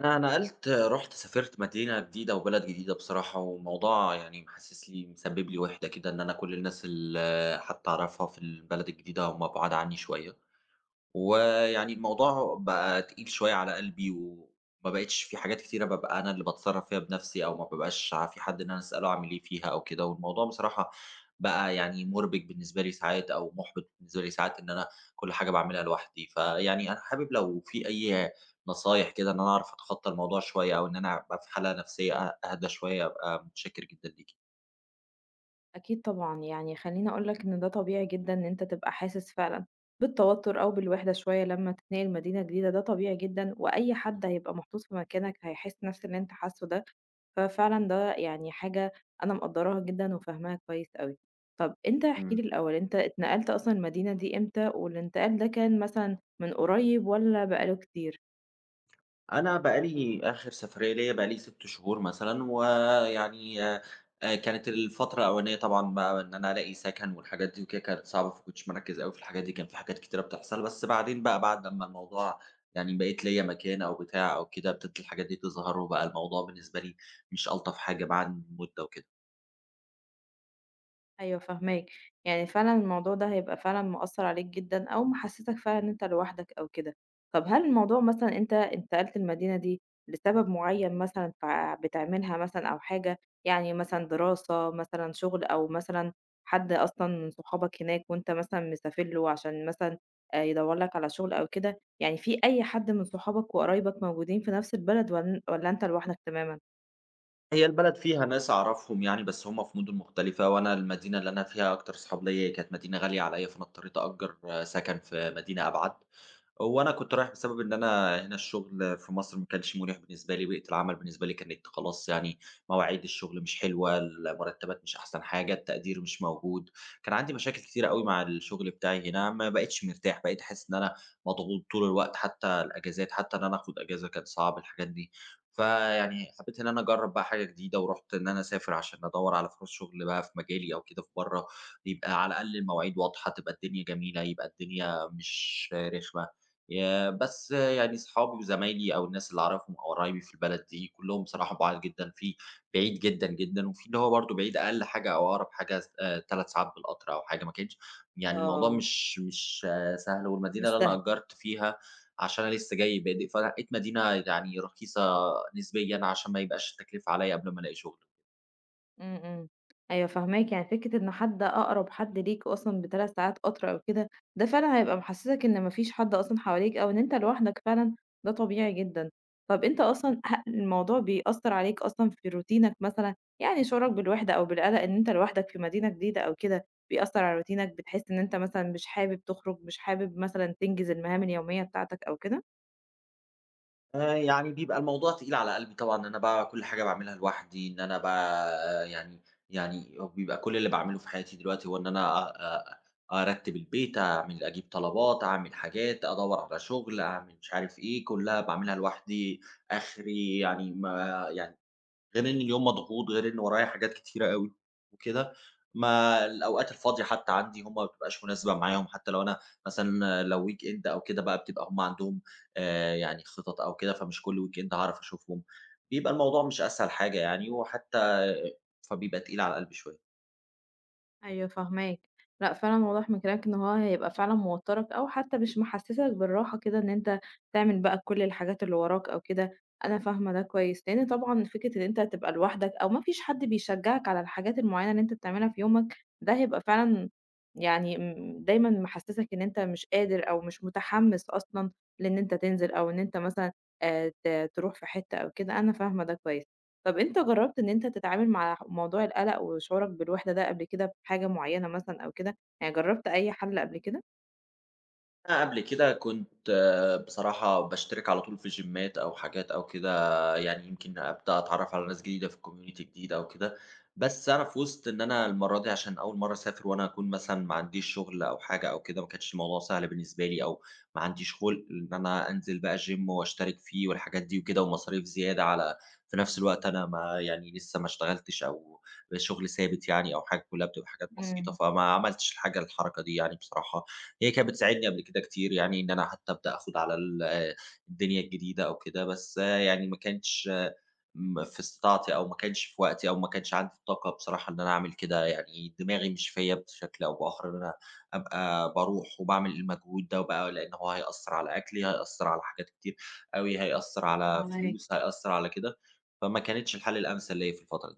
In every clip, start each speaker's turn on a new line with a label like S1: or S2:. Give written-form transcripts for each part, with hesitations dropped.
S1: أنا نقلت رُحت سافرت مدينة جديدة وبلد جديدة بصراحة، والموضوع يعني محسس لي مسبب لي وِحدة كده، إن أنا كل الناس اللي حتى أعرفها في البلد الجديدة هُم بُعاد عني شوية. ويعني الموضوع بقى تقيل شوية على قلبي وما بقيتش في حاجات كتيرة بابقى أنا اللي باتصرّف فيها بنَفْسي، أو ما بابقاش في حد إن أنا أسأله أعمل إيه فيها أو كده. والموضوع بصراحة بقى يعني مُربِك بالنسبة لي ساعات أو مُحبِط بالنسبة لي ساعات إن أنا كل حاجة باعملها لوحدي. فيعني أنا حابب لو في أي نصايح كده إن أنا أعرف أتخطّى الموضوع شوية، أو إن أنا أبقى في حالة نَفْسية أهدى شوية، أبقى متشكر جدًا ليكِ.
S2: أكيد طبعًا، يعني خلّيني أقول لك إن ده طبيعي جدًا إن أنت تبقى حاسس فعلًا بالتوتر أو بالوحدة شوية لمّا تتنقل مدينة جديدة، ده طبيعي جدًا، وأي حد هيبقى محطوط في مكانك هيحس نفس اللي أنت حاسُّه ده، ففعلًا ده يعني حاجة أنا مقدّراها جدًا وفاهماها كويس أوي. طَب أنت احكِ
S1: إمم.
S2: لي الأول، أنت اتنقلت أصلًا المدينة دي إمتى والانتقال ده كان مثلًا من قريب والّا بقى له كتير؟
S1: أنا بقى لي آخر سفرية ليّا بقى لي 6 شهور مثلًا، ويعني كانت الفترة الأولانية طبعًا بقى إن أنا ألاقي سكن والحاجات دي وكده كانت صعبة، فما كنتش مركّز أوي في الحاجات دي، كان في حاجات كتيرة بتحصل. بس بعدين بقى بعد لمّا الموضوع يعني بقيت ليّا مكان أو بتاع أو كده، ابتدت الحاجات دي تظهر، وبقى الموضوع بالنسبة لي مش ألطف حاجة بعد مدة وكده.
S2: أيوه فاهماك، يعني فعلًا الموضوع ده هيبقى فعلًا مأثّر عليك جدًا أو محسّسك فعلًا إن أنت لوحدك أو كده، طب هل الموضوع مثلًا أنت انتقلت المدينة دي لسبب معيّن مثلًا بتعملها مثلًا أو حاجة، يعني مثلًا دراسة مثلًا شغل أو مثلًا حد أصلًا من صحابك هناك وأنت مثلًا مسافر له عشان مثلًا يدوّر لك على شغل أو كده، يعني في أي حد من صحابك وقرايبك موجودين في نفْس البلد والّا أنت لوحدك تمامًا؟
S1: هي البلد فيها ناس أعرفهم يعني، بس هم في مدن مختلفة، وأنا المدينة اللي أنا فيها أكتر صحاب ليّا كانت مدينة غالية عليّا، فأنا اضطريت أأجر سكن في مدينة أبعد. وأنا كنت رايح بسبب إن أنا هنا الشغل في مصر ما كانش مريح بالنسبة لي، بيئة العمل بالنسبة لي كانت خلاص يعني مواعيد الشغل مش حلوة، المرتبات مش أحسن حاجة، التقدير مش موجود، كان عندي مشاكل كتيرة أوي مع الشغل بتاعي هنا، ما بقيتش مرتاح، بقيت أحس إن أنا مضغوط طول الوقت، حتى الأجازات، حتى إن أنا آخد أجازة كان صعب الحاجات دي. فيعني حبيت إن أنا أجرّب بقى حاجة جديدة، ورُحت إن أنا أسافر عشان أدوّر على فرص شغل بقى في مجالي أو كده في برّه، يبقى على الأقل المواعيد واضحة، تبقى الدنيا جميلة، يبقى الدنيا مش رخمة. يا بس يعني صحابي وزمايلي أو الناس اللي أعرفهم أو قرايبي في البلد دي كلّهم بصراحة بُعاد جدًا، في بعيد جدًا، جدًا، وفي اللي هو برضه بعيد أقل حاجة أو أقرب حاجة س 3 ساعات بالقطر أو حاجة. ما كانش يعني الموضوع
S2: آه،
S1: مش سهل،
S2: مش
S1: والمدينة اللي أنا
S2: سهل.
S1: أجّرت فيها عشان أنا لسه جاي بادئ، فلقيت مدينة يعني رخيصة نسبيًا عشان ما يبقاش التكلفة عليَّ قبل ما ألاقي شغل.
S2: إمم، إمم. أيوه فاهماك، يعني فكرة إنه حد أقرب حد ليك أصلًا ب3 ساعات قطر أو كده، ده فعلًا هيبقى محسسك إن ما فيش حد أصلًا حواليك أو إن أنت لوحدك فعلًا، ده طبيعي جدًا. طب أنت أصلًا الموضوع بيأثّر عليك أصلًا في روتينك مثلًا، يعني شعورك بالوحدة أو بالقلق إن أنت لوحدك في مدينة جديدة أو كده، بيأثّر على روتينك، بتحس إن أنت مثلًا مش حابب تخرج، مش حابب مثلًا تنجز المهام اليومية بتاعتك أو كده؟
S1: يعني بيبقى الموضوع تقيل على قلبي طبعًا إن أنا بقى كل حاجة باعملها لوحدي، إن أنا بقى يعني بيبقى كل اللي باعمله في حياتي دلوقتي هو إن أنا أ أ أرتّب البيت، أعمل أجيب طلبات، أعمل حاجات، أدوّر على شغل، أعمل مش عارف إيه، كلّها باعملها لوحدي. آخري يعني ما يعني غير إن اليوم مضغوط، غير إن ورايا حاجات كتيرة أوي وكده. ما الأوقات الفاضية حتى عندي هم ما بتبقاش مناسبة معاهم، حتى لو أنا مثلًا لو weekend أو كده بقى بتبقى هم عندهم يعني خطط أو كده، فمش كل weekend هاعرف أشوفهم، بيبقى الموضوع مش أسهل حاجة يعني، وحتى فبيبقى تقيل على القلب شوية.
S2: أيوه فاهماك. لأ فعلًا واضح من كلامك إن هو هيبقى فعلًا موتّرك أو حتى مش محسّسك بالراحة كده إن أنت تعمل بقى كل الحاجات اللي وراك أو كده، أنا فاهمة ده كويس، لإن طبعًا فكرة إن أنت هتبقى لوحدك أو ما فيش حد بيشجّعك على الحاجات المعيّنة اللي أنت بتعملها في يومك، ده هيبقى فعلًا يعني دايمًا محسّسك إن أنت مش قادر أو مش متحمّس أصلًا لإن أنت تنزل أو إن أنت مثلًا ت تروح في حتّة أو كده، أنا فاهمة ده كويس. طب أنت جرّبت إن أنت تتعامل مع موضوع القلق وشعورك بالوحدة ده قبل كده بحاجة معيّنة مثلًا أو كده، يعني جرّبت أي حَل قبل كده؟
S1: أنا قبل كده كنت بصراحة باشترك على طول في جيمات أو حاجات أو كده، يعني يمكن أبدأ أتعرّف على ناس جديدة في community جديد أو كده. بس أنا في وسط إن أنا المرّة دي عشان أول مرّة أسافر وأنا أكون مثلًا ما عنديش شغل أو حاجة أو كده، ما كانش الموضوع سهل بالنسبة لي، أو ما عنديش خُلق إن أنا أنزل بقى gym وأشترك فيه والحاجات دي وكده ومصاريف زيادة على في نفس الوقت أنا ما يعني لسه ما اشتغلتش أو شغل ثابت يعني أو حاجة، كُلّها بتبقى حاجات بسيطة،
S2: إمم،
S1: فما عملتش الحاجة الحركة دي يعني بصراحة. هي كانت بتساعدني قبل كده كتير يعني إن أنا حتى أبدأ آخُد على ال آه، الدنيا الجديدة أو كده، بس يعني ما كانش في استطاعتي، أو ما كانش في وقتي، أو ما كانش عندي الطاقة بصراحة إن أنا أعمل كده. يعني دماغي مش فيّا بشكل أو بآخَر إن أنا أبقى باروح وباعمل المجهود ده وبقى لإن هو هيأثّر على أكلي، هيأثّر على حاجات كتير أوي، هيأثّر على
S2: فاهماكِ.
S1: فلوس، هيأثّر على كده، فما كانتش الحل الأمثل ليّا في الفترة.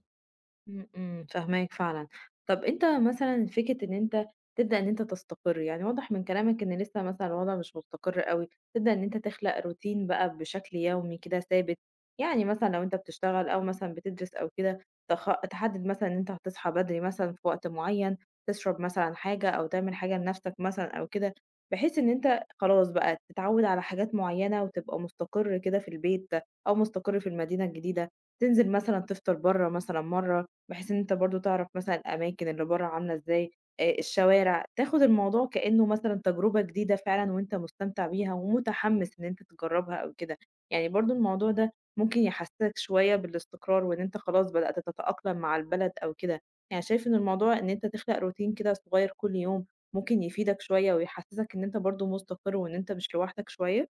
S2: إمم، إمم، فاهماك فعلًا. طَب أنت مثلًا فكرة إن أنت تبدأ إن أنت تستقر، يعني واضح من كلامك إن لسه مثلًا الوضع مش مستقر أوي، تبدأ إن أنت تخلق روتين بقى بشكل يومي كده ثابت، يعني مثلًا لو أنت بتشتغل أو مثلًا بتدرس أو كده تحدد مثلًا إن أنت هتصحى بدري مثلًا في وقت معين، تشرب مثلًا حاجة أو تعمل حاجة لنفْسك مثلًا أو كده، بحيث إن أنت خلاص بقى تتعوّد على حاجات معيّنة وتبقى مستقر كده في البيت أو مستقر في المدينة الجديدة، تنزل مثلًا تفطر برّه مثلًا مرّة، بحيث إن أنت برضه تعرف مثلًا الأماكن اللي برّه عاملة إزاي، الشوارع، تاخد الموضوع كإنه مثلًا تجربة جديدة فعلًا وأنت مستمتع بيها ومتحمس إن أنت تجرّبها أو كده، يعني برضه الموضوع ده ممكن يحسسك شوية بالاستقرار وإن أنت خلاص بدأت تتأقلم مع البلد أو كده، يعني شايف إن الموضوع إن أنت تخلق روتين كده صغير كل يوم ممكن يفيدك شوية ويحسسك إن أنت برضه مستقر وإن أنت مش لوحدك شوية؟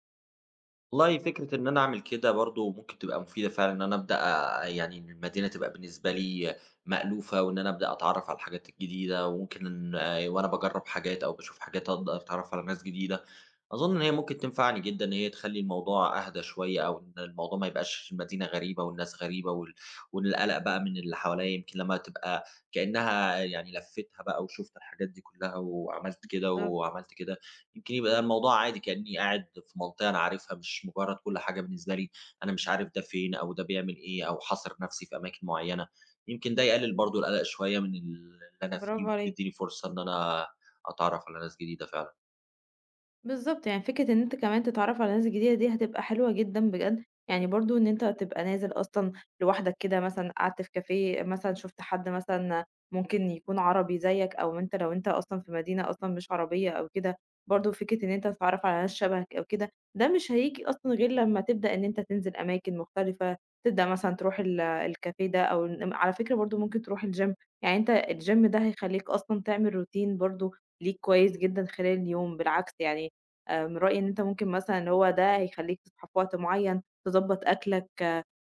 S1: والله فكرة إن أنا أعمل كده برضه ممكن تبقى مفيدة فعلًا، إن أنا أبدأ يعني إن المدينة تبقى بالنسبة لي مألوفة، وإن أنا أبدأ أتعرّف على الحاجات الجديدة، وممكن وأنا باجرّب حاجات أو باشوف حاجات أقدر أتعرّف على ناس جديدة. أظن إن هي ممكن تنفعني جدًا، إن هي تخلّي الموضوع أهدى شوية، أو إن الموضوع ما يبقاش المدينة غريبة والناس غريبة والقلق بقى من اللي حواليّا، يمكن لمّا تبقى كإنّها يعني لفّيتها بقى وشُفت الحاجات دي كلّها وعملت كده
S2: بالضبط،
S1: وعملت كده. يمكن يبقى الموضوع عادي كأني قاعد في منطقة أنا عارفها، مش مجرد كل حاجة بالنسبة لي أنا مش عارف ده فين أو ده بيعمل إيه أو حاصر نفسي في أماكن معيّنة. يمكن ده يقلل برضه القلق شوية من اللي أنا
S2: برافو
S1: فيه
S2: عليكِ.
S1: ويديني فرصة إن أنا أتعرف على ناس جديدة فعلًا.
S2: بالضبط، يعني فكرة إن أنت كمان تتعرّف على ناس جديدة دي هتبقى حلوة جدًا بجد، يعني برضه إن أنت تبقى نازل أصلًا لوحدك كده مثلًا قعدت في كافيه مثلًا شُفت حد مثلًا ممكن يكون عربي زيّك أو أنت لو أنت أصلًا في مدينة أصلًا مش عربية أو كده، برضه فكرة إن أنت تتعرّف على ناس شبهك أو كده، ده مش هييجي أصلًا غير لمّا تبدأ إن أنت تنزل أماكن مختلفة، تبدأ مثلًا تروح الكافيه ده أو على فكرة برضه ممكن تروح الgym، يعني أنت الgym ده هيخلّيك أصلًا تعمل روتين برضه ليك كويس جدًا خلال اليوم، بالعكس يعني من رأيي إن أنت ممكن مثلًا هو ده هيخلّيك تصحى في وقت معيّن، تضبّط أكلك،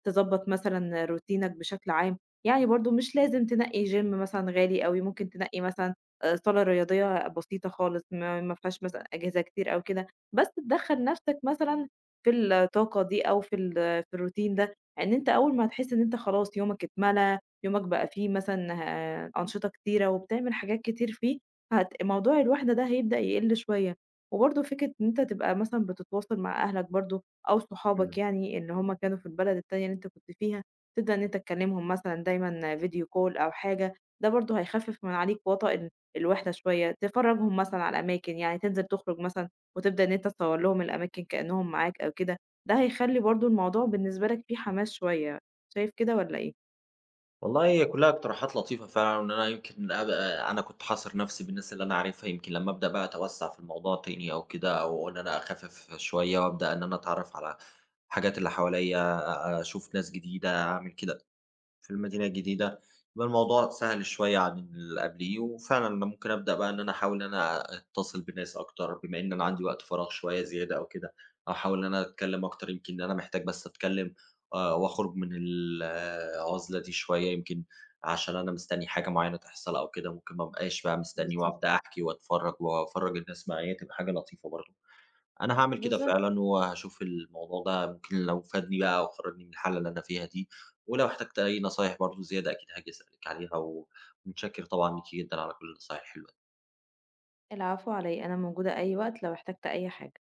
S2: تضبّط مثلًا روتينك بشكل عام، يعني برضه مش لازم تنقّي gym مثلًا غالي أوي، ممكن تنقّي مثلًا صالة رياضية بسيطة خالص ما فيهاش مثلًا أجهزة كتير أو كده، بس تدخّل نَفْسك مثلًا في الطاقة دي أو في الروتين ده، إن أنت أول ما هتحس إن أنت خلاص يومك اتملى، يومك بقى فيه مثلًا أنشطة كتيرة وبتعمل حاجات كتير فيه، موضوع الوحدة ده هيبدأ يقِل شوية. وبرضه فكرة إن أنت تبقى مثلًا بتتواصل مع أهلك برضه أو صحابك
S1: إمم.
S2: يعني اللي هم كانوا في البلد التانية اللي أنت كنت فيها، تبدأ إن أنت تكلمهم مثلًا دايمًا video call أو حاجة، ده برضه هيخفف من عليك وطأ الوحدة شوية، تفرجهم مثلًا على أماكن يعني تنزل تخرج مثلًا وتبدأ إن أنت تصور لهم الأماكن كأنهم معاك أو كده، ده هيخلي برضه الموضوع بالنسبة لك فيه حماس شوية، شايف كده والّا إيه؟
S1: والله هي كلها اقتراحات لطيفة فعلًا، وإن أنا يمكن أبقى أنا كنت حاصر نفسي بالناس اللي أنا عارفها، يمكن لمّا أبدأ بقى أتوسّع في الموضوع تاني أو كده، أو إن أنا أخفف شوية وأبدأ إن أنا أتعرف على الحاجات اللي حواليّا، أشوف ناس جديدة، أعمل كده. في المدينة الجديدة، يبقى الموضوع سهل شوية عن اللي قبليه، وفعلًا أنا ممكن أبدأ بقى إن أنا أحاول إن أنا أتصل بناس أكتر، بما إن أنا عندي وقت فراغ شوية زيادة أو كده، أو أحاول إن أنا أتكلم أكتر، يمكن إن أنا محتاج بس أتكلم وأخرج من العزلة دي شوية، يمكن عشان أنا مستني حاجة معينة تحصل أو كده، ممكن ما أبقاش بقى مستني
S2: بالضبط.
S1: وأبدأ أحكي وأتفرج وأفرّج الناس معايا، تبقى حاجة لطيفة برضه. أنا هاعمل كده
S2: بالضبط،
S1: فعلًا، وهاشوف الموضوع ده ممكن لو فادني بقى وخرّجني من الحالة اللي أنا فيها دي، ولو احتجت أي نصايح برضه زيادة أكيد هاجي أسألِك عليها، ومتشكر طبعًا ليكِ جدًا على كل النصايح الحلوة.
S2: العفو على إيه، أنا موجودة أي وقت لو احتجت أي حاجة.